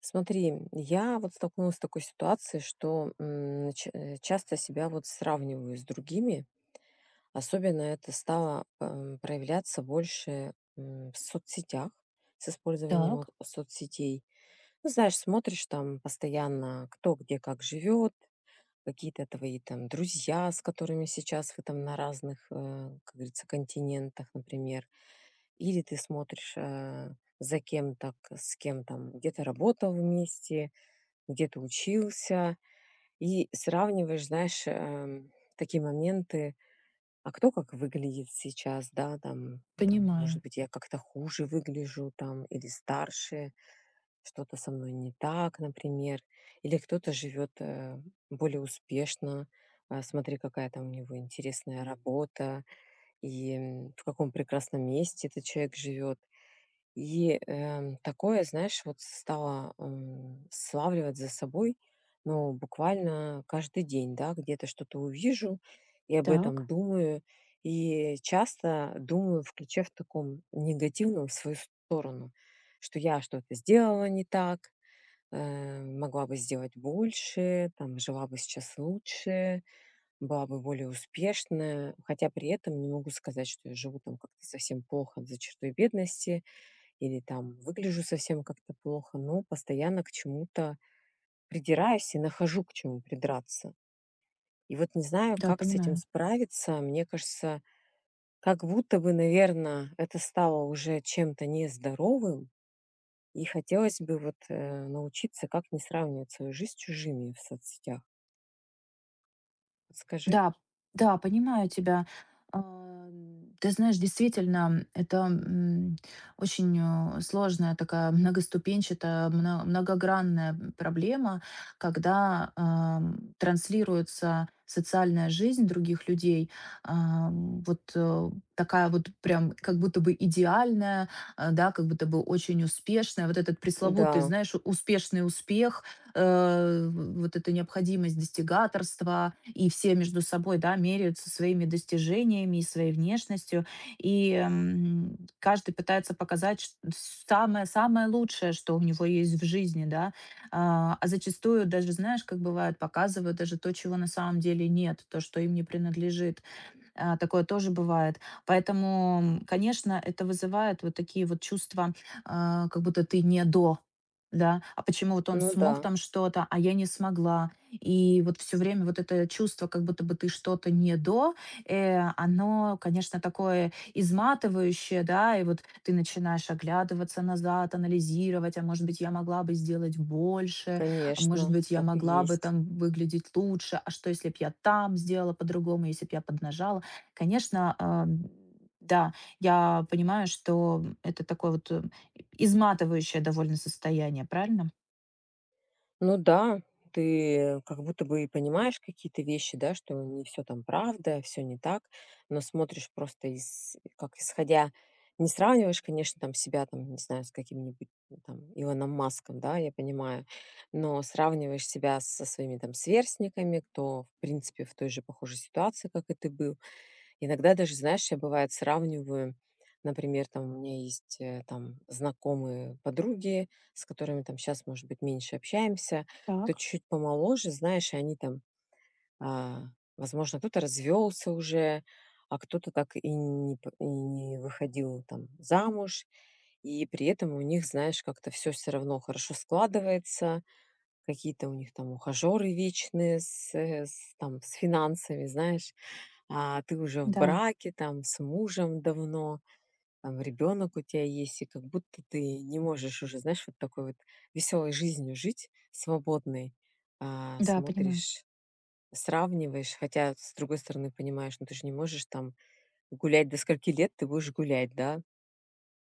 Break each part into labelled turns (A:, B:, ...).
A: Смотри, я вот столкнулась с такой ситуацией, что часто себя вот сравниваю с другими. Особенно это стало проявляться больше в соцсетях, с использованием вот
B: Так,
A: соцсетей. Ну, знаешь, смотришь там постоянно, кто где как живет, какие-то твои там друзья, с которыми сейчас вы там на разных, как говорится, континентах, например. Или ты смотришь за кем-то, с кем там где-то работал вместе, где ты учился, и сравниваешь, знаешь, такие моменты, а кто как выглядит сейчас, да, там,
B: понимаю.
A: может быть, я как-то хуже выгляжу, там, или старше, что-то со мной не так, например, или кто-то живет более успешно, а, смотри, какая там у него интересная работа, и в каком прекрасном месте этот человек живет. И, такое, знаешь, вот стала, славливать за собой, ну, буквально каждый день, да, где-то что-то увижу и об этом
B: Так,
A: думаю. И часто думаю в ключе в таком негативном в свою сторону, что я что-то сделала не так, могла бы сделать больше, там, жила бы сейчас лучше, была бы более успешная. Хотя при этом не могу сказать, что я живу там как-то совсем плохо за чертой бедности или там выгляжу совсем как-то плохо, но постоянно к чему-то придираюсь и нахожу к чему придраться. И вот не знаю,
B: да,
A: как с этим
B: понимаю.
A: справиться. Мне кажется, как будто бы, наверное, это стало уже чем-то нездоровым, и хотелось бы вот научиться, как не сравнивать свою жизнь с чужими в соцсетях. Подскажи?
B: Да, да, понимаю тебя. А, Ты знаешь, действительно, это очень сложная такая многоступенчатая, многогранная проблема, когда транслируется социальная жизнь других людей, вот такая вот прям как будто бы идеальная, а, да, как будто бы очень успешная, вот этот пресловутый,
A: Да,
B: знаешь, успешный успех, вот эта необходимость достигаторства, и все между собой, да, меряются своими достижениями и своей внешностью, и каждый пытается показать самое, самое лучшее, что у него есть в жизни, да, а зачастую даже, знаешь, как бывает, показывают даже то, чего на самом деле нет, то, что им не принадлежит. А, такое тоже бывает. Поэтому, конечно, это вызывает вот такие вот чувства, а, как будто ты не до, да, а почему вот он
A: ну да,
B: смог там что-то, а я не смогла. И вот все время вот это чувство, как будто бы ты что-то не до, оно, конечно, такое изматывающее, да, и вот ты начинаешь оглядываться назад, анализировать, а может быть, я могла бы сделать больше, а может
A: конечно,
B: быть, я
A: так и
B: могла бы
A: есть.
B: там выглядеть лучше, а что, если бы я там сделала по-другому, если бы я поднажала. Конечно, а, да, я понимаю, что это такое вот изматывающее довольно состояние, правильно?
A: Ну да, ты как будто бы и понимаешь какие-то вещи, да, что не все там правда, все не так, но смотришь просто из, как исходя, не сравниваешь, конечно, там себя, там, не знаю, с каким-нибудь ну, там Илоном Маском, да, я понимаю, но сравниваешь себя со своими там сверстниками, кто, в принципе, в той же похожей ситуации, как и ты был. Иногда даже, знаешь, я, бывает, сравниваю, например, там у меня есть, там знакомые подруги, с которыми там сейчас, может быть, меньше общаемся, кто
B: Так.
A: чуть-чуть помоложе, знаешь, и они там, а, возможно, кто-то развелся уже, а кто-то так и не п и не выходил там замуж. И при этом у них, знаешь, как-то все равно хорошо складывается. Какие-то у них там ухажеры вечные с, э, с там с финансами, знаешь. А ты уже в
B: Да,
A: браке, там с мужем давно, там ребёнок у тебя есть, и как будто ты не можешь уже, знаешь, вот такой вот веселой жизнью жить, свободной. А,
B: да, понимаю.
A: смотришь, сравниваешь, хотя, с другой стороны, понимаешь, ну ты же не можешь там гулять до скольки лет ты будешь гулять, да?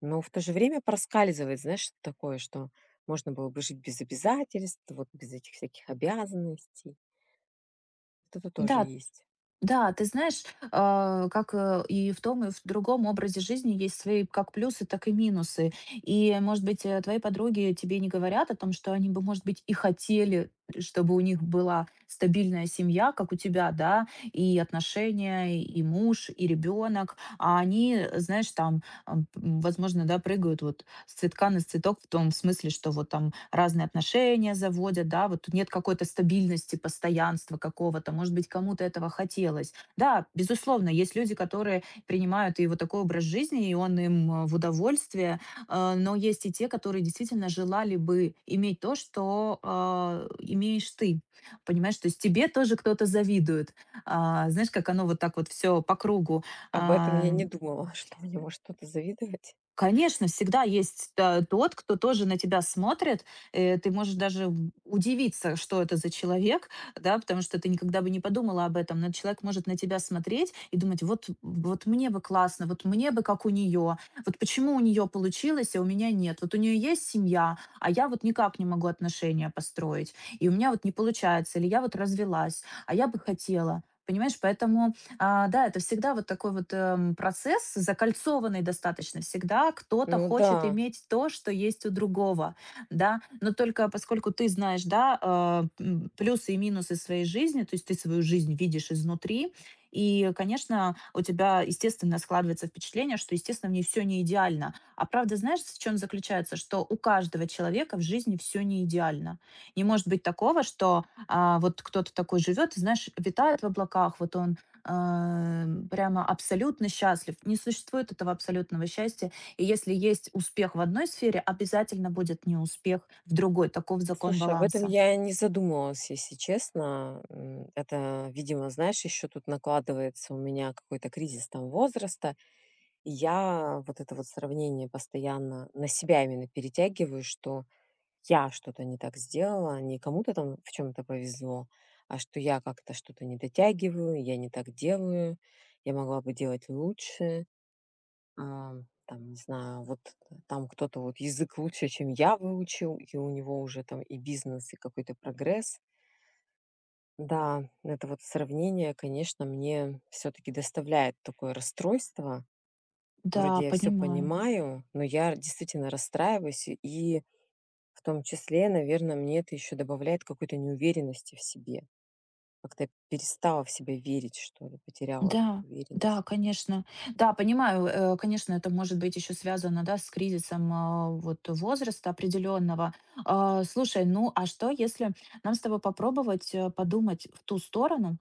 A: Но в то же время проскальзывает, знаешь, что такое, что можно было бы жить без обязательств, вот без этих всяких обязанностей. Вот это тоже
B: Да,
A: есть.
B: Да, ты знаешь, а, как и в том, и в другом образе жизни есть свои как плюсы, так и минусы. И, может быть, твои подруги тебе не говорят о том, что они бы, может быть, и хотели, чтобы у них была стабильная семья, как у тебя, да, и отношения, и муж, и ребенок. А они, знаешь, там, возможно, да, прыгают вот с цветка на цветок в том смысле, что вот там разные отношения заводят, да, вот тут нет какой-то стабильности, постоянства какого-то, может быть, кому-то этого хотелось. Да, безусловно, есть люди, которые принимают и вот такой образ жизни, и он им в удовольствие, но есть и те, которые действительно желали бы иметь то, что имеешь ты, понимаешь, то есть тебе тоже кто-то завидует. А, знаешь, как оно вот так вот все по кругу.
A: Об этом я
B: А,
A: не думала, что мне может кто-то завидовать.
B: Конечно, всегда есть, тот, кто тоже на тебя смотрит. Э, ты можешь даже в удивиться, что это за человек, да, потому что ты никогда бы не подумала об этом. Но человек может на тебя смотреть и думать: "Вот мне бы классно, вот мне бы как у нее, вот почему у нее получилось, а у меня нет? Вот у нее есть семья, а я вот никак не могу отношения построить, и у меня вот не получается, или я вот развелась, а я бы хотела". Понимаешь? Поэтому а, да, это всегда вот такой вот, процесс, закольцованный достаточно. Всегда кто-то
A: Ну
B: хочет
A: да.
B: иметь то, что есть у другого, да. Но только поскольку ты знаешь, да, плюсы и минусы своей жизни, то есть ты свою жизнь видишь изнутри, и, конечно, у тебя, естественно, складывается впечатление, что, естественно, в ней все не идеально. А правда, знаешь, в чем заключается? Что у каждого человека в жизни все не идеально. Не может быть такого, что, а, вот кто-то такой живет, и, знаешь, витает в облаках, вот он а, прямо абсолютно счастлив. Не существует этого абсолютного счастья. И если есть успех в одной сфере, обязательно будет неуспех в другой. Таков закон
A: Слушай, об этом
B: баланса.
A: я не задумывалась, если честно. Это, видимо, знаешь, еще тут накладывается у меня какой-то кризис там возраста. И я вот это вот сравнение постоянно на себя именно перетягиваю, что я что-то не так сделала, не кому-то там в чем-то повезло, а что я как-то что-то не дотягиваю, я не так делаю, я могла бы делать лучше, а, там, не знаю, там кто-то вот язык лучше, чем я выучил, и у него уже там и бизнес, и какой-то прогресс. Да, это вот сравнение, конечно, мне все-таки доставляет такое расстройство.
B: Да,
A: Вроде я все
B: понимаю.
A: понимаю, но я действительно расстраиваюсь и в том числе, наверное, мне это еще добавляет какой-то неуверенности в себе. Как-то я перестала в себя верить, что ли, потеряла вот
B: Да,
A: эту уверенность.
B: да, конечно. Да, понимаю, конечно, это может быть еще связано, да, с кризисом а, вот возраста определенного. А, слушай, ну а что, если нам с тобой попробовать подумать в ту сторону,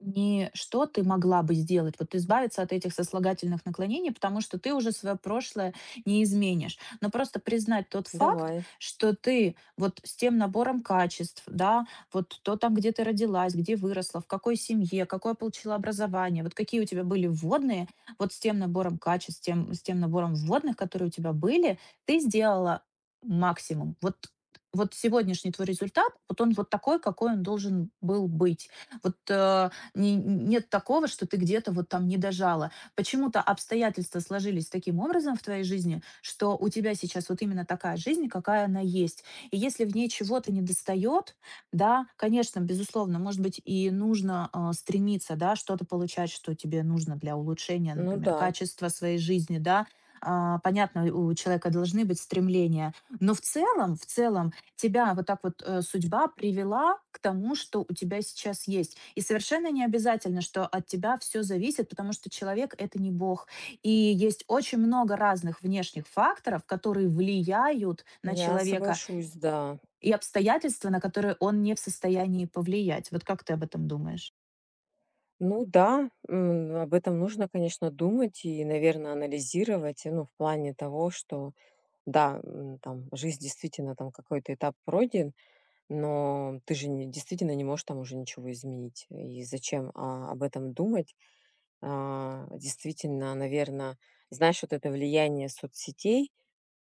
B: не что ты могла бы сделать, вот избавиться от этих сослагательных наклонений, потому что ты уже свое прошлое не изменишь. Но просто признать тот факт,
A: Давай.
B: что ты вот с тем набором качеств, да, вот то там, где ты родилась, где выросла, в какой семье, какое получила образование, вот какие у тебя были вводные, вот с тем набором качеств, с тем набором вводных, которые у тебя были, ты сделала максимум. Вот сегодняшний твой результат, вот он вот такой, какой он должен был быть. Вот нет такого, что ты где-то вот там не дожала. Почему-то обстоятельства сложились таким образом в твоей жизни, что у тебя сейчас вот именно такая жизнь, какая она есть. И если в ней чего-то не достает, да, конечно, безусловно, может быть, и нужно а, стремиться, да, что-то получать, что тебе нужно для улучшения,
A: Ну
B: например,
A: да,
B: качества своей жизни, да. А, понятно, у человека должны быть стремления, но в целом тебя вот так вот, судьба привела к тому, что у тебя сейчас есть. И совершенно не обязательно, что от тебя все зависит, потому что человек- это не бог. И есть очень много разных внешних факторов, которые влияют на
A: я
B: человека,
A: соглашусь, да.
B: и обстоятельства, на которые он не в состоянии повлиять. Вот как ты об этом думаешь?
A: Ну да, об этом нужно, конечно, думать и, наверное, анализировать, ну, в плане того, что да, там жизнь действительно там какой-то этап пройден, но ты же не действительно не можешь там уже ничего изменить. И зачем, об этом думать? А, действительно, наверное, знаешь, вот это влияние соцсетей,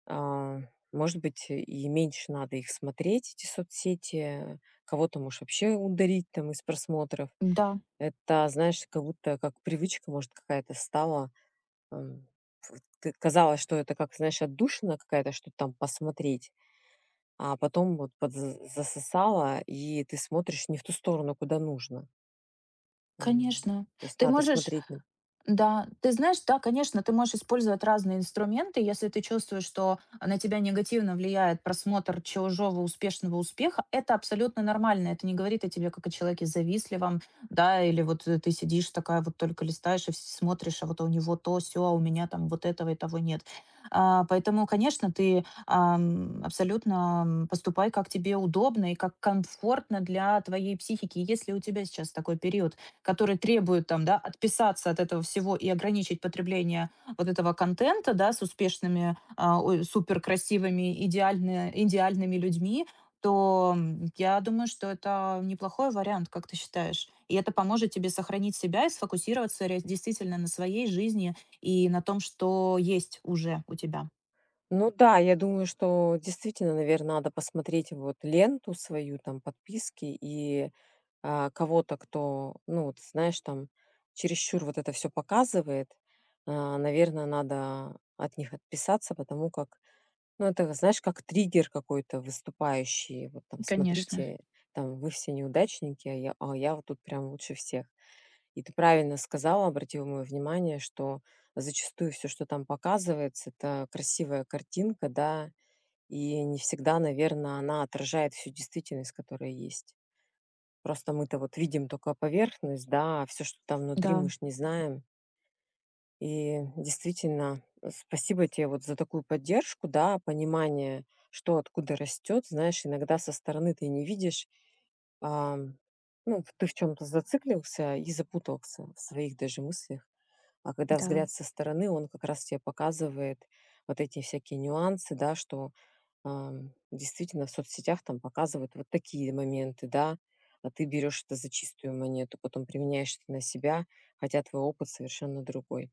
A: а, может быть, и меньше надо их смотреть, эти соцсети. Кого-то можешь вообще ударить там из просмотров.
B: Да,
A: Это, знаешь, как будто как привычка, может, какая-то стала. Ам, вот к казалось, что это как, знаешь, отдушина какая-то, что-то там посмотреть, а потом вот подз засосало, и ты смотришь не в ту сторону, куда нужно. М,
B: конечно.
A: то есть
B: Ты
A: надо
B: можешь
A: смотреть.
B: да, ты знаешь, да, конечно, ты можешь использовать разные инструменты, если ты чувствуешь, что на тебя негативно влияет просмотр чужого успешного успеха, это абсолютно нормально, это не говорит о тебе как о человеке завистливом, да, или вот ты сидишь такая вот только листаешь и смотришь, а вот у него то, все, а у меня там вот этого и того нет. А, поэтому, конечно, ты ам, абсолютно м, поступай, как тебе удобно и как комфортно для твоей психики. Если у тебя сейчас такой период, которые требуют там, да, отписаться от этого всего и ограничить потребление вот этого контента, да, с успешными, а, ой, суперкрасивыми, идеально, идеальными людьми, то я думаю, что это неплохой вариант, как ты считаешь. И это поможет тебе сохранить себя и сфокусироваться действительно на своей жизни и на том, что есть уже у тебя.
A: Ну да, я думаю, что действительно, наверное, надо посмотреть вот ленту свою, там, подписки и, кого-то, кто, ну, вот знаешь, там, чересчур вот это все показывает. Наверное, надо от них отписаться, потому как, ну, это, знаешь, как триггер какой-то выступающий. Вот там:
B: Конечно.
A: "Смотрите, там, вы все неудачники, а я вот тут прям лучше всех". И ты правильно сказала, обратила моё внимание, что зачастую всё, что там показывается, это красивая картинка, да, и не всегда, наверное, она отражает всю действительность, которая есть. Просто мы-то вот видим только поверхность, да, а всё, что там
B: Да,
A: внутри, мы ж не знаем. И действительно, спасибо тебе вот за такую поддержку, да, понимание, что откуда растёт. Знаешь, иногда со стороны ты не видишь, Ам, ну, ты в чем то зациклился и запутался в своих даже мыслях. А когда
B: да.
A: взгляд со стороны, он как раз тебе показывает вот эти всякие нюансы, да, что, действительно в соцсетях там показывают вот такие моменты, да, а ты берешь это за чистую монету, потом применяешь это на себя, хотя твой опыт совершенно другой.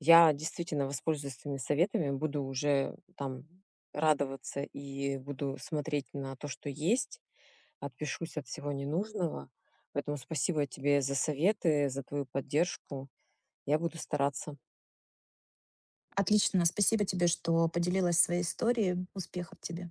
A: Я действительно воспользуюсь твоими советами, буду уже там радоваться и буду смотреть на то, что есть. Отпишусь от всего ненужного. Поэтому спасибо тебе за советы, за твою поддержку. Я буду стараться.
B: Отлично. Спасибо тебе, что поделилась своей историей. Успехов тебе.